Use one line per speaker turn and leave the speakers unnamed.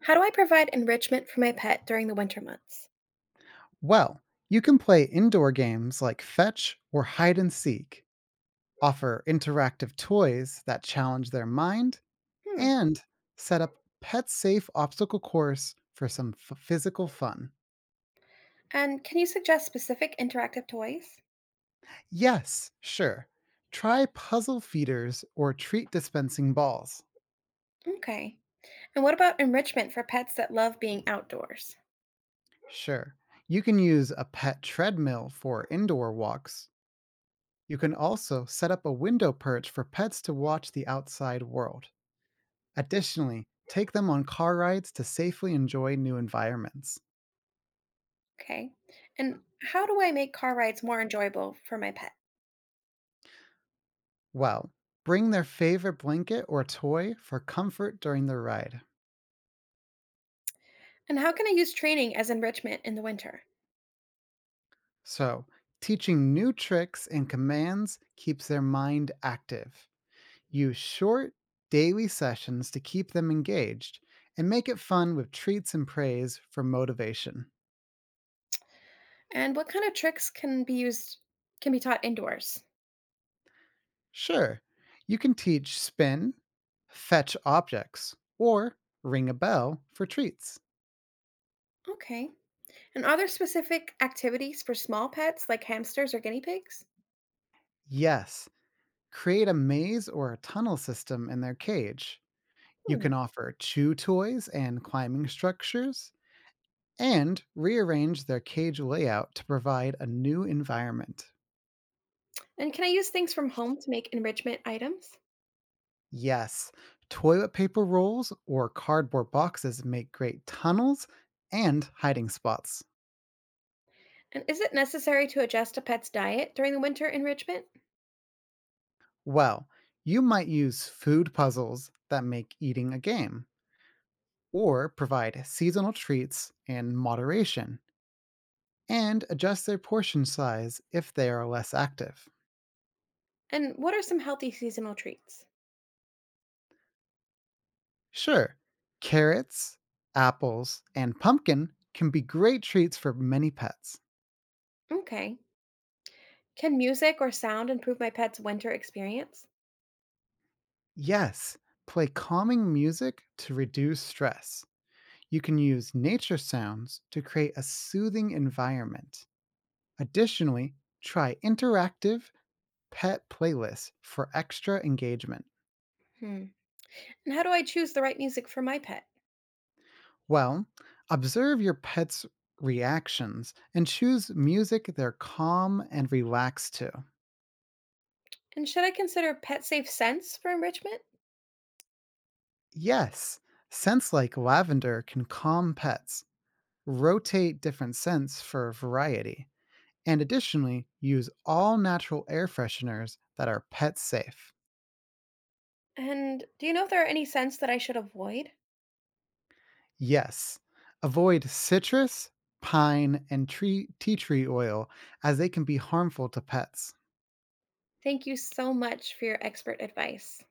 How do I provide enrichment for my pet during the winter months?
Well, you can play indoor games like fetch or hide and seek, offer interactive toys that challenge their mind,
Hmm.
and set up pet safe obstacle course for some physical fun.
And can you suggest specific interactive toys?
Yes, sure. Try puzzle feeders or treat dispensing balls.
Okay. And what about enrichment for pets that love being outdoors?
Sure. You can use a pet treadmill for indoor walks. You can also set up a window perch for pets to watch the outside world. Additionally, take them on car rides to safely enjoy new environments.
Okay. And how do I make car rides more enjoyable for my pet?
Well, bring their favorite blanket or toy for comfort during the ride.
And how can I use training as enrichment in the winter?
So, teaching new tricks and commands keeps their mind active. Use short, daily sessions to keep them engaged and make it fun with treats and praise for motivation.
And what kind of tricks can be taught indoors?
Sure, you can teach spin, fetch objects, or ring a bell for treats.
Okay. And are there specific activities for small pets like hamsters or guinea pigs?
Yes, create a maze or a tunnel system in their cage. You
Hmm.
can offer chew toys and climbing structures, and rearrange their cage layout to provide a new environment.
And can I use things from home to make enrichment items?
Yes, toilet paper rolls or cardboard boxes make great tunnels and hiding spots.
And is it necessary to adjust a pet's diet during the winter enrichment?
Well, you might use food puzzles that make eating a game, or provide seasonal treats in moderation, and adjust their portion size if they are less active.
And what are some healthy seasonal treats?
Sure, carrots, apples, and pumpkin can be great treats for many pets.
Okay. Can music or sound improve my pet's winter experience?
Yes, play calming music to reduce stress. You can use nature sounds to create a soothing environment. Additionally, try interactive pet playlists for extra engagement.
Hmm. And how do I choose the right music for my pet?
Well, observe your pet's reactions and choose music they're calm and relaxed to.
And should I consider pet safe scents for enrichment?
Yes, scents like lavender can calm pets. Rotate different scents for variety. And additionally, use all natural air fresheners that are pet safe.
And do you know if there are any scents that I should avoid?
Yes, avoid citrus, pine, and tea tree oil as they can be harmful to pets.
Thank you so much for your expert advice.